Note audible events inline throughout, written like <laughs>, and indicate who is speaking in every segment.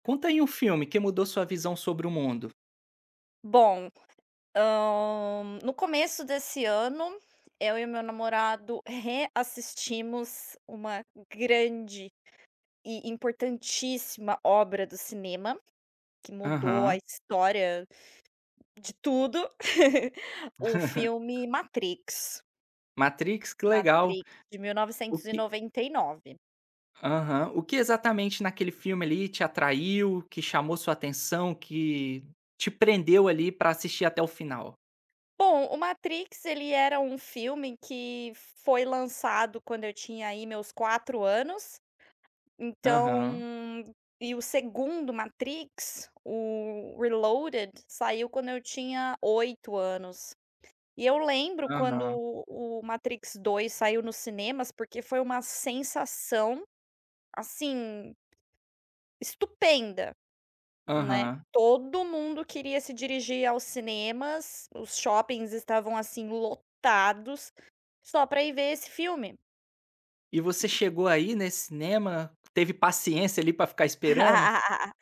Speaker 1: Conta aí um filme que mudou sua visão sobre o mundo.
Speaker 2: Bom, no começo desse ano, eu e meu namorado reassistimos uma grande e importantíssima obra do cinema, que mudou a
Speaker 1: Aham.
Speaker 2: história de tudo, <laughs> o filme Matrix.
Speaker 1: Matrix, que legal.
Speaker 2: Matrix, de mil
Speaker 1: O
Speaker 2: novecentos e
Speaker 1: que
Speaker 2: noventa e nove.
Speaker 1: aham. O que exatamente naquele filme ali te atraiu, que chamou sua atenção, que te prendeu ali pra assistir até o final?
Speaker 2: Bom, o Matrix, ele era um filme que foi lançado quando eu tinha aí meus 4 anos.
Speaker 1: Aham,
Speaker 2: Então, e o segundo Matrix, o Reloaded, saiu quando eu tinha 8 anos. E eu lembro quando
Speaker 1: aham,
Speaker 2: o Matrix 2 saiu nos cinemas, porque foi uma sensação, assim, estupenda, né.
Speaker 1: aham.
Speaker 2: Todo mundo queria se dirigir aos cinemas, os shoppings estavam, assim, lotados, só para ir ver esse filme.
Speaker 1: E você chegou aí nesse cinema, teve paciência ali pra ficar esperando?
Speaker 2: <laughs>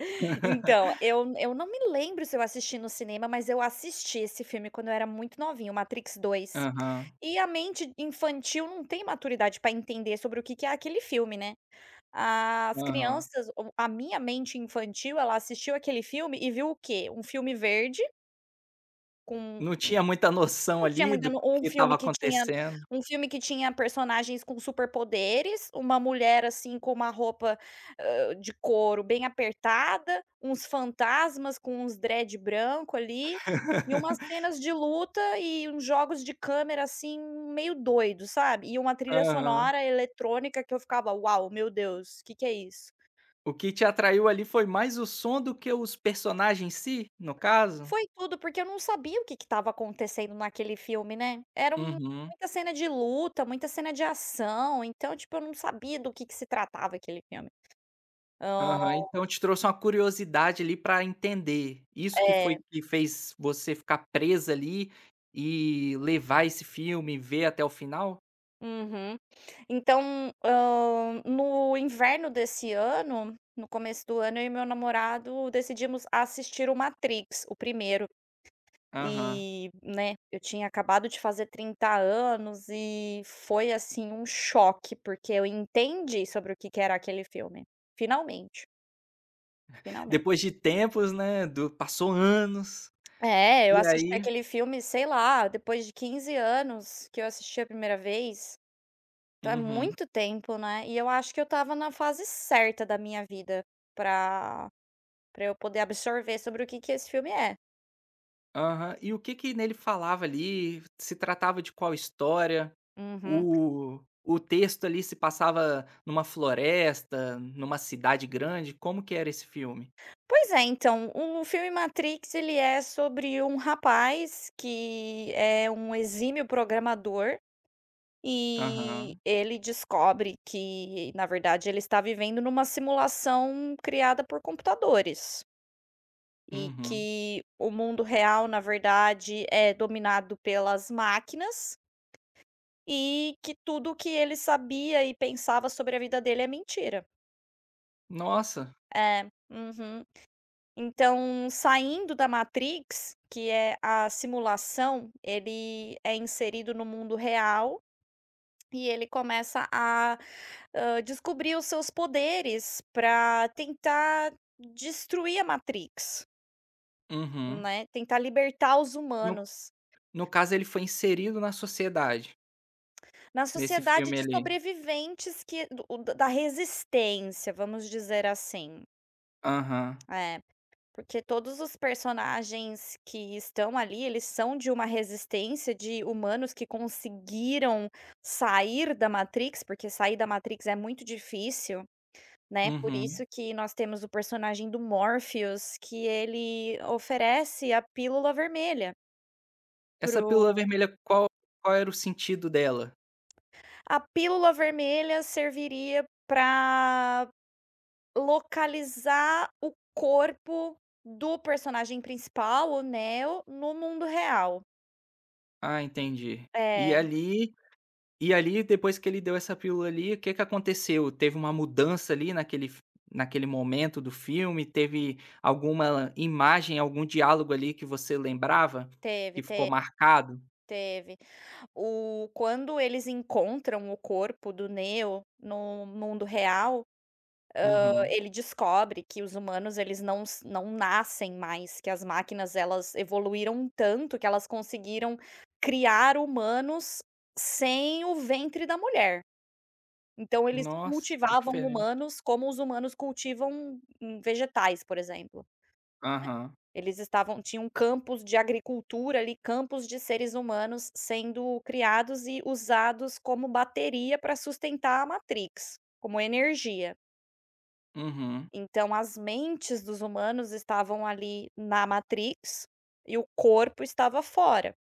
Speaker 2: Então, eu não me lembro se eu assisti no cinema, mas eu assisti esse filme quando eu era muito novinho, Matrix dois.
Speaker 1: Aham,
Speaker 2: E a mente infantil não tem maturidade para entender sobre o que que é aquele filme, né. As
Speaker 1: aham.
Speaker 2: crianças o a minha mente infantil, ela assistiu aquele filme e viu o quê? Um filme verde, com
Speaker 1: Não tinha muita noção
Speaker 2: não tinha
Speaker 1: ali
Speaker 2: muita
Speaker 1: do
Speaker 2: no
Speaker 1: que estava acontecendo.
Speaker 2: um filme que tinha personagens com superpoderes, uma mulher, assim, com uma roupa, de couro bem apertada, uns fantasmas com uns dread branco ali, e umas cenas de luta e uns jogos de câmera, assim, meio doido, sabe. E uma trilha
Speaker 1: Aham.
Speaker 2: sonora eletrônica que eu ficava: "Uau, meu Deus, que é isso?".
Speaker 1: O que te atraiu ali foi mais o som do que os personagens em si, no caso?
Speaker 2: Foi tudo, porque eu não sabia o que que estava acontecendo naquele filme, né. Era um
Speaker 1: Uhum.
Speaker 2: Muita cena de luta, muita cena de ação, então, tipo, eu não sabia do que se tratava aquele filme. Hã,
Speaker 1: Aham. Então te trouxe uma curiosidade ali pra entender. Isso que foi
Speaker 2: É,
Speaker 1: que fez você ficar presa ali e levar esse filme, ver até o final?
Speaker 2: uhum. Então, no inverno desse ano, no começo do ano, eu e meu namorado decidimos assistir o Matrix, o primeiro.
Speaker 1: Aham.
Speaker 2: E, né, eu tinha acabado de fazer 30 anos e foi, assim, um choque, porque eu entendi sobre o que que era aquele filme. Finalmente, finalmente.
Speaker 1: Depois de tempos, né, do passou anos,
Speaker 2: É, eu
Speaker 1: e
Speaker 2: assisti
Speaker 1: aí
Speaker 2: aquele filme, sei lá, depois de 15 anos que eu assisti a primeira vez, então é
Speaker 1: uhum.
Speaker 2: muito tempo, né, e eu acho que eu estava na fase certa da minha vida pra pra eu poder absorver sobre o que que esse filme é.
Speaker 1: Aham. E o que que nele falava ali? Se tratava de qual história?
Speaker 2: Uhum.
Speaker 1: O texto ali se passava numa floresta, numa cidade grande? Como que era esse filme?
Speaker 2: Pois é, então, o filme Matrix, ele é sobre um rapaz que é um exímio programador e
Speaker 1: Aham.
Speaker 2: ele descobre que, na verdade, ele está vivendo numa simulação criada por computadores e
Speaker 1: Uhum.
Speaker 2: que o mundo real, na verdade, é dominado pelas máquinas e que tudo o que ele sabia e pensava sobre a vida dele é mentira.
Speaker 1: Nossa.
Speaker 2: É, uhum. Então, saindo da Matrix, que é a simulação, ele é inserido no mundo real e ele começa a, hã, descobrir os seus poderes para tentar destruir a Matrix,
Speaker 1: Uhum.
Speaker 2: né, tentar libertar os
Speaker 1: No
Speaker 2: humanos.
Speaker 1: no caso, ele foi inserido na sociedade,
Speaker 2: Na
Speaker 1: nesse
Speaker 2: sociedade
Speaker 1: filme
Speaker 2: de
Speaker 1: ali.
Speaker 2: sobreviventes que do da da resistência, vamos dizer assim.
Speaker 1: Aham.
Speaker 2: É. Porque todos os personagens que estão ali, eles são de uma resistência de humanos que conseguiram sair da Matrix, porque sair da Matrix é muito difícil, né? Por isso
Speaker 1: Uhum.
Speaker 2: que nós temos o personagem do Morpheus, que ele oferece a pílula vermelha.
Speaker 1: Essa pílula
Speaker 2: Pro
Speaker 1: vermelha, qual qual era o sentido dela?
Speaker 2: A pílula vermelha serviria para localizar o corpo do personagem principal, o Neo, no mundo real.
Speaker 1: Ah, entendi. E
Speaker 2: É.
Speaker 1: ali E ali, depois que ele deu essa pílula ali, o que que aconteceu? Teve uma mudança ali naquele f naquele momento do filme? Teve alguma imagem, algum diálogo ali que você lembrava,
Speaker 2: Teve,
Speaker 1: que ficou
Speaker 2: teve,
Speaker 1: marcado?
Speaker 2: teve. O Quando eles encontram o corpo do Neo no mundo real,
Speaker 1: Uhum.
Speaker 2: ele descobre que os humanos, eles não nascem mais, que as máquinas elas evoluíram tanto que elas conseguiram criar humanos sem o ventre da mulher. Então eles
Speaker 1: Nossa, que
Speaker 2: cultivavam
Speaker 1: diferente.
Speaker 2: humanos como os humanos cultivam, vegetais, por exemplo.
Speaker 1: Aham.
Speaker 2: Eles estavam Tinham campos de agricultura ali, campos de seres humanos sendo criados e usados como bateria para sustentar a Matrix, como energia.
Speaker 1: Uhum,
Speaker 2: Então as mentes dos humanos estavam ali na Matrix e o corpo estava fora.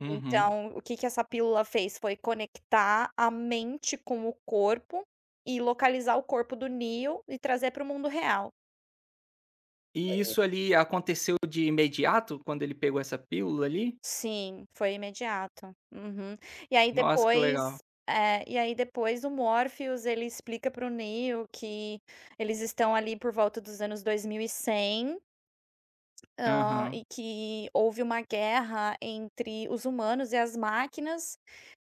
Speaker 1: uhum.
Speaker 2: Então o que que essa pílula fez foi conectar a mente com o corpo e localizar o corpo do Neo e trazer para o mundo real.
Speaker 1: E isso ali aconteceu de imediato, quando ele pegou essa pílula ali?
Speaker 2: Sim, foi imediato. Uhum. E aí
Speaker 1: Nossa, que
Speaker 2: depois
Speaker 1: legal.
Speaker 2: é, e aí depois o Morpheus, ele explica para o Neo que eles estão ali por volta dos anos 2100, e cem,
Speaker 1: Aham,
Speaker 2: e que houve uma guerra entre os humanos e as máquinas,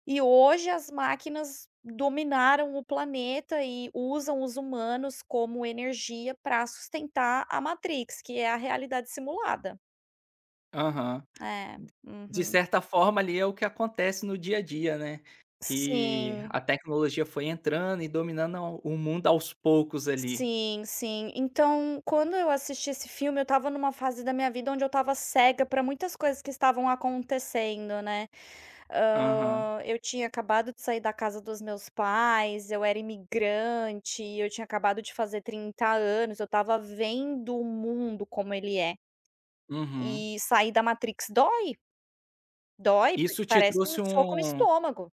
Speaker 2: e hoje as máquinas dominaram o planeta e usam os humanos como energia para sustentar a Matrix, que é a realidade simulada.
Speaker 1: aham.
Speaker 2: É,
Speaker 1: De
Speaker 2: uhum.
Speaker 1: certa forma, ali é o que acontece no dia a dia, né, que
Speaker 2: Sim.
Speaker 1: a tecnologia foi entrando e dominando ao o mundo aos poucos ali.
Speaker 2: Sim, sim. Então, quando eu assisti esse filme, eu estava numa fase da minha vida onde eu estava cega para muitas coisas que estavam acontecendo, né.
Speaker 1: Aham.
Speaker 2: Eu tinha acabado de sair da casa dos meus pais, eu era imigrante, eu tinha acabado de fazer 30 anos, eu estava vendo o mundo como ele é.
Speaker 1: Uhum.
Speaker 2: E sair da Matrix dói, dói, porque
Speaker 1: Isso te
Speaker 2: parece um
Speaker 1: trouxe
Speaker 2: soco no
Speaker 1: um
Speaker 2: estômago.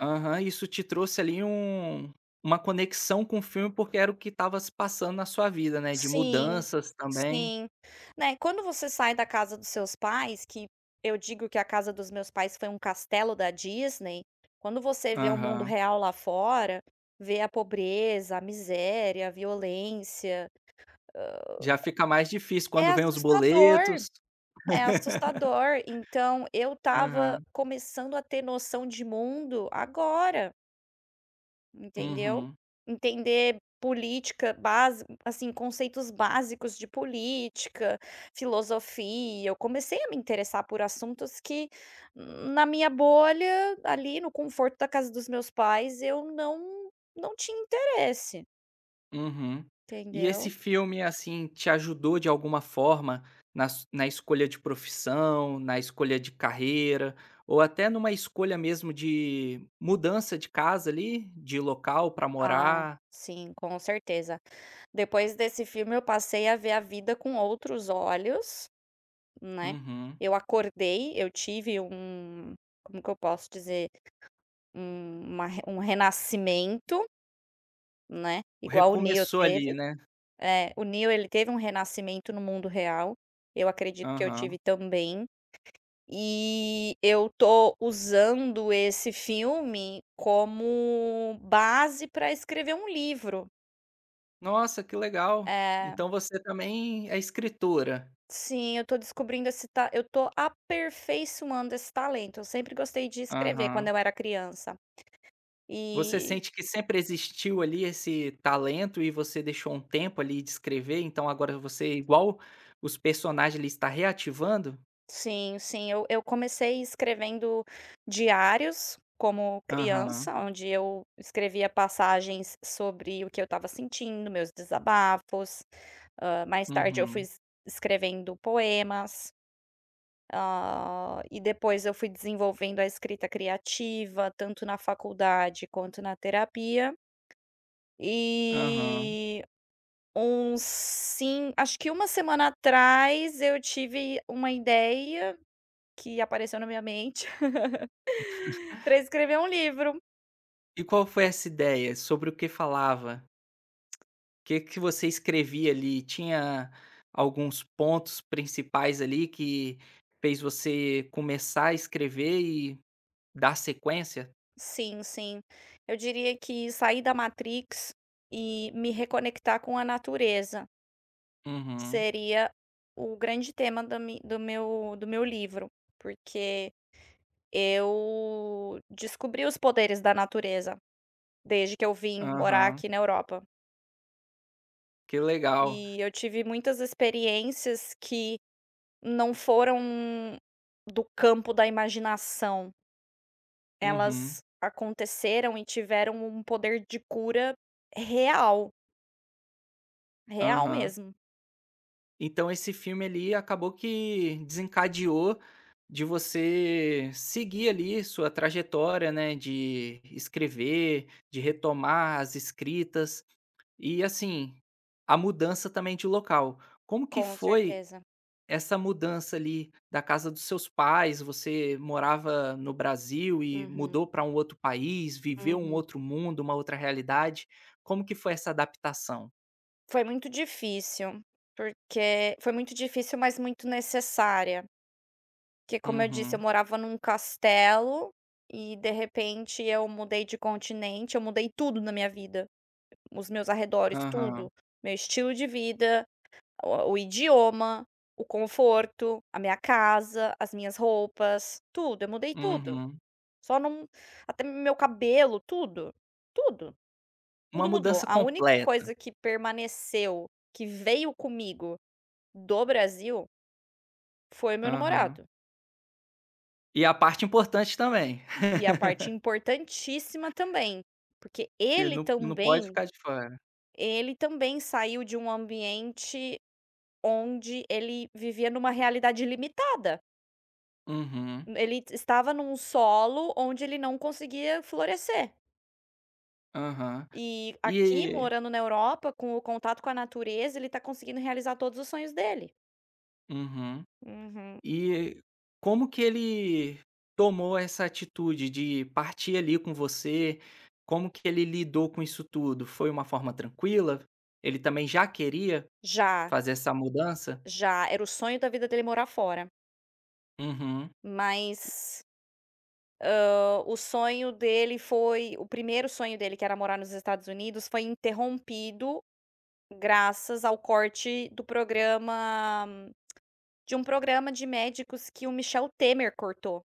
Speaker 1: aham, isso te trouxe ali um uma conexão com o filme, porque era o que estava se passando na sua vida, né, de
Speaker 2: Sim,
Speaker 1: mudanças também.
Speaker 2: sim. Né, quando você sai da casa dos seus pais, que eu digo que a casa dos meus pais foi um castelo da Disney, quando você vê o mundo
Speaker 1: Aham.
Speaker 2: real lá fora, vê a pobreza, a miséria, a violência,
Speaker 1: Já fica mais difícil
Speaker 2: é
Speaker 1: quando vem os
Speaker 2: assustador,
Speaker 1: boletos.
Speaker 2: é assustador. Então eu tava
Speaker 1: Aham.
Speaker 2: começando a ter noção de mundo agora. Entendeu?
Speaker 1: Uhum.
Speaker 2: Entender política base assim, conceitos básicos de política, filosofia. Eu comecei a me interessar por assuntos que na minha bolha, ali no conforto da casa dos meus pais, eu não tinha interesse,
Speaker 1: Uhum. E esse
Speaker 2: entendeu?
Speaker 1: filme, assim, te ajudou de alguma forma na, na escolha de profissão, na escolha de carreira, ou até numa escolha mesmo de mudança de casa ali, de local pra
Speaker 2: Ah.
Speaker 1: morar?
Speaker 2: Sim, com certeza. Depois desse filme eu passei a ver a vida com outros olhos, né.
Speaker 1: Uhum.
Speaker 2: Eu acordei, eu tive um, como que eu posso dizer? Um uma re um renascimento, né, igual o Neo
Speaker 1: Recomeçou ali,
Speaker 2: teve.
Speaker 1: né?
Speaker 2: É, o Neo ele teve um renascimento no mundo real, eu acredito que eu tive
Speaker 1: Aham.
Speaker 2: também, e eu tô usando esse filme como base para escrever um livro.
Speaker 1: Nossa, que legal.
Speaker 2: É,
Speaker 1: Então você também é escritora.
Speaker 2: sim, eu tô descobrindo esse ta eu tô aperfeiçoando esse talento, eu sempre gostei de escrever
Speaker 1: Aham.
Speaker 2: quando eu era criança,
Speaker 1: Você
Speaker 2: e
Speaker 1: sente que sempre existiu ali esse talento e você deixou um tempo ali de escrever, então agora você igual os personagens ali está reativando?
Speaker 2: sim, sim. Eu comecei escrevendo diários como
Speaker 1: Aham,
Speaker 2: criança, onde eu escrevia passagens sobre o que eu estava sentindo, meus desabafos. Mais tarde eu fui
Speaker 1: uhum,
Speaker 2: es escrevendo poemas, e depois eu fui desenvolvendo a escrita criativa, tanto na faculdade quanto na terapia.
Speaker 1: aham.
Speaker 2: E uns sim, acho que uma semana atrás eu tive uma ideia que apareceu na minha mente. Pra escrever um livro.
Speaker 1: E qual foi essa ideia? Sobre o que falava? O que que você escrevia ali? Tinha alguns pontos principais ali que fez você começar a escrever e dar sequência?
Speaker 2: Sim, sim. Eu diria que sair da Matrix e me reconectar com a natureza
Speaker 1: Uhum,
Speaker 2: seria o grande tema da mi do meu livro, porque eu descobri os poderes da natureza desde que eu vim morar
Speaker 1: aham.
Speaker 2: aqui na Europa.
Speaker 1: Que legal.
Speaker 2: E eu tive muitas experiências que não foram do campo da imaginação.
Speaker 1: Uhum,
Speaker 2: Elas aconteceram e tiveram um poder de cura real, real
Speaker 1: aham.
Speaker 2: mesmo.
Speaker 1: Então esse filme ali acabou que desencadeou de você seguir ali sua trajetória, né, de escrever, de retomar as escritas e assim, a mudança também de local. Como que
Speaker 2: Com
Speaker 1: foi
Speaker 2: certeza.
Speaker 1: essa mudança ali da casa dos seus pais? Você morava no Brasil e
Speaker 2: Uhum,
Speaker 1: mudou para um outro país, viveu um
Speaker 2: uhum.
Speaker 1: outro mundo, uma outra realidade. Como que foi essa adaptação?
Speaker 2: Foi muito difícil, porque foi muito difícil, mas muito necessária, porque como eu disse, eu
Speaker 1: Uhum.
Speaker 2: morava num castelo e de repente eu mudei de continente, eu mudei tudo na minha vida, os meus arredores,
Speaker 1: Aham.
Speaker 2: tudo, meu estilo de vida. O idioma, o conforto, a minha casa, as minhas roupas, tudo, eu mudei tudo.
Speaker 1: Uhum.
Speaker 2: Só não, até meu cabelo, tudo, tudo,
Speaker 1: Uma
Speaker 2: tudo mudou.
Speaker 1: mudança
Speaker 2: A única
Speaker 1: completa.
Speaker 2: coisa que permaneceu, que veio comigo do Brasil, foi meu
Speaker 1: Aham.
Speaker 2: namorado.
Speaker 1: E a parte importante também,
Speaker 2: E a parte importantíssima também,
Speaker 1: <laughs>
Speaker 2: porque
Speaker 1: que não não pode ficar de fora.
Speaker 2: ele também saiu de um ambiente onde ele vivia numa realidade limitada.
Speaker 1: Uhum,
Speaker 2: Ele t estava num solo onde ele não conseguia florescer.
Speaker 1: aham.
Speaker 2: E aqui,
Speaker 1: E
Speaker 2: morando na Europa, com o contato com a natureza, ele tá conseguindo realizar todos os sonhos dele.
Speaker 1: uhum.
Speaker 2: Uhum.
Speaker 1: E como que ele tomou essa atitude de partir ali com você? Como que ele lidou com isso tudo? Foi uma forma tranquila? Ele também já queria
Speaker 2: Já,
Speaker 1: fazer essa mudança?
Speaker 2: já, era o sonho da vida dele morar fora,
Speaker 1: Uhum.
Speaker 2: mas, o sonho dele, foi o primeiro sonho dele, que era morar nos Estados Unidos, foi interrompido graças ao corte do programa de um programa de médicos que o Michel Temer cortou.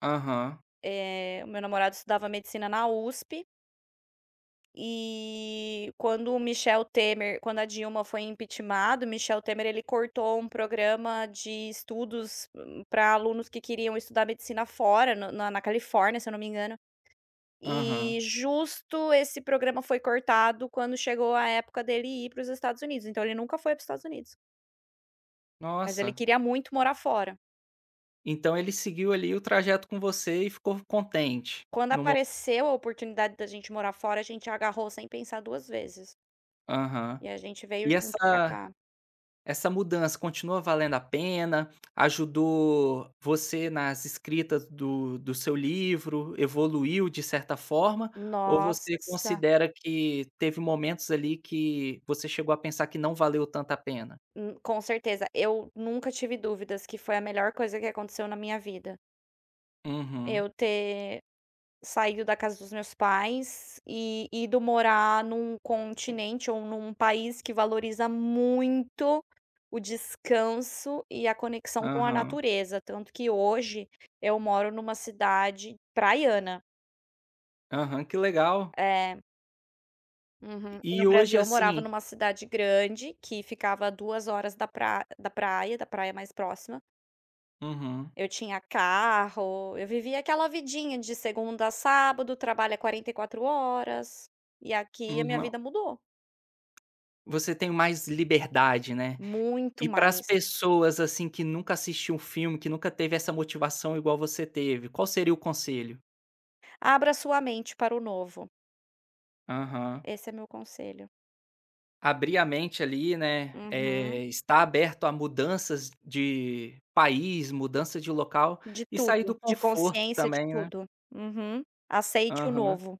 Speaker 1: Aham,
Speaker 2: O meu namorado estudava medicina na USP. E quando o Michel Temer quando a Dilma foi impeachment, o Michel Temer ele cortou um programa de estudos para alunos que queriam estudar medicina fora, na Califórnia, se eu não me engano. E
Speaker 1: aham.
Speaker 2: justo esse programa foi cortado quando chegou a época dele ir para os Estados Unidos, então ele nunca foi para os Estados Unidos, mas ele
Speaker 1: Nossa,
Speaker 2: queria muito morar fora.
Speaker 1: então ele seguiu ali o trajeto com você e ficou contente
Speaker 2: Quando
Speaker 1: no
Speaker 2: apareceu a oportunidade da gente morar fora, a gente agarrou sem pensar 2 vezes,
Speaker 1: aham.
Speaker 2: e a gente veio
Speaker 1: E
Speaker 2: junto pra
Speaker 1: essa
Speaker 2: cá.
Speaker 1: essa mudança continua valendo a pena? Ajudou você nas escritas do do seu livro? Evoluiu de certa forma? Ou você
Speaker 2: Nossa.
Speaker 1: considera que teve momentos ali que você chegou a pensar que não valeu tanto a pena?
Speaker 2: Com certeza. Eu nunca tive dúvidas que foi a melhor coisa que aconteceu na minha vida.
Speaker 1: Uhum.
Speaker 2: Eu ter saído da casa dos meus pais e ido morar num continente ou num país que valoriza muito o descanso e a conexão com a
Speaker 1: Aham.
Speaker 2: natureza. Tanto que hoje eu moro numa cidade praiana.
Speaker 1: Aham, que legal.
Speaker 2: É. Uhum. E no
Speaker 1: E hoje,
Speaker 2: Brasil eu morava
Speaker 1: assim
Speaker 2: numa cidade grande que ficava a 2 horas da praia mais próxima.
Speaker 1: uhum,
Speaker 2: Eu tinha carro, eu vivia aquela vidinha de segunda a sábado, trabalha 44 horas, e aqui a minha
Speaker 1: uhum,
Speaker 2: vida mudou,
Speaker 1: você tem mais liberdade, né?
Speaker 2: muito
Speaker 1: E para as
Speaker 2: mais.
Speaker 1: pessoas, assim, que nunca assistiu um filme, que nunca teve essa motivação igual você teve, qual seria o conselho?
Speaker 2: Abra sua mente para o novo,
Speaker 1: Aham.
Speaker 2: esse é meu conselho.
Speaker 1: Abrir a mente ali, né,
Speaker 2: Uhum.
Speaker 1: estar aberto a mudanças de país, mudança de local
Speaker 2: De
Speaker 1: e sair
Speaker 2: tudo,
Speaker 1: do
Speaker 2: de
Speaker 1: conforto
Speaker 2: consciência de
Speaker 1: também, né.
Speaker 2: tudo. Uhum. Aceite o
Speaker 1: Aham.
Speaker 2: novo.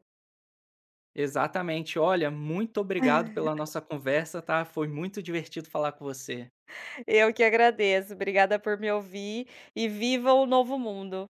Speaker 1: Exatamente. Olha, muito obrigado pela nossa conversa, tá. Foi muito divertido falar com você.
Speaker 2: <laughs> Eu que agradeço, obrigada por me ouvir e viva o novo mundo.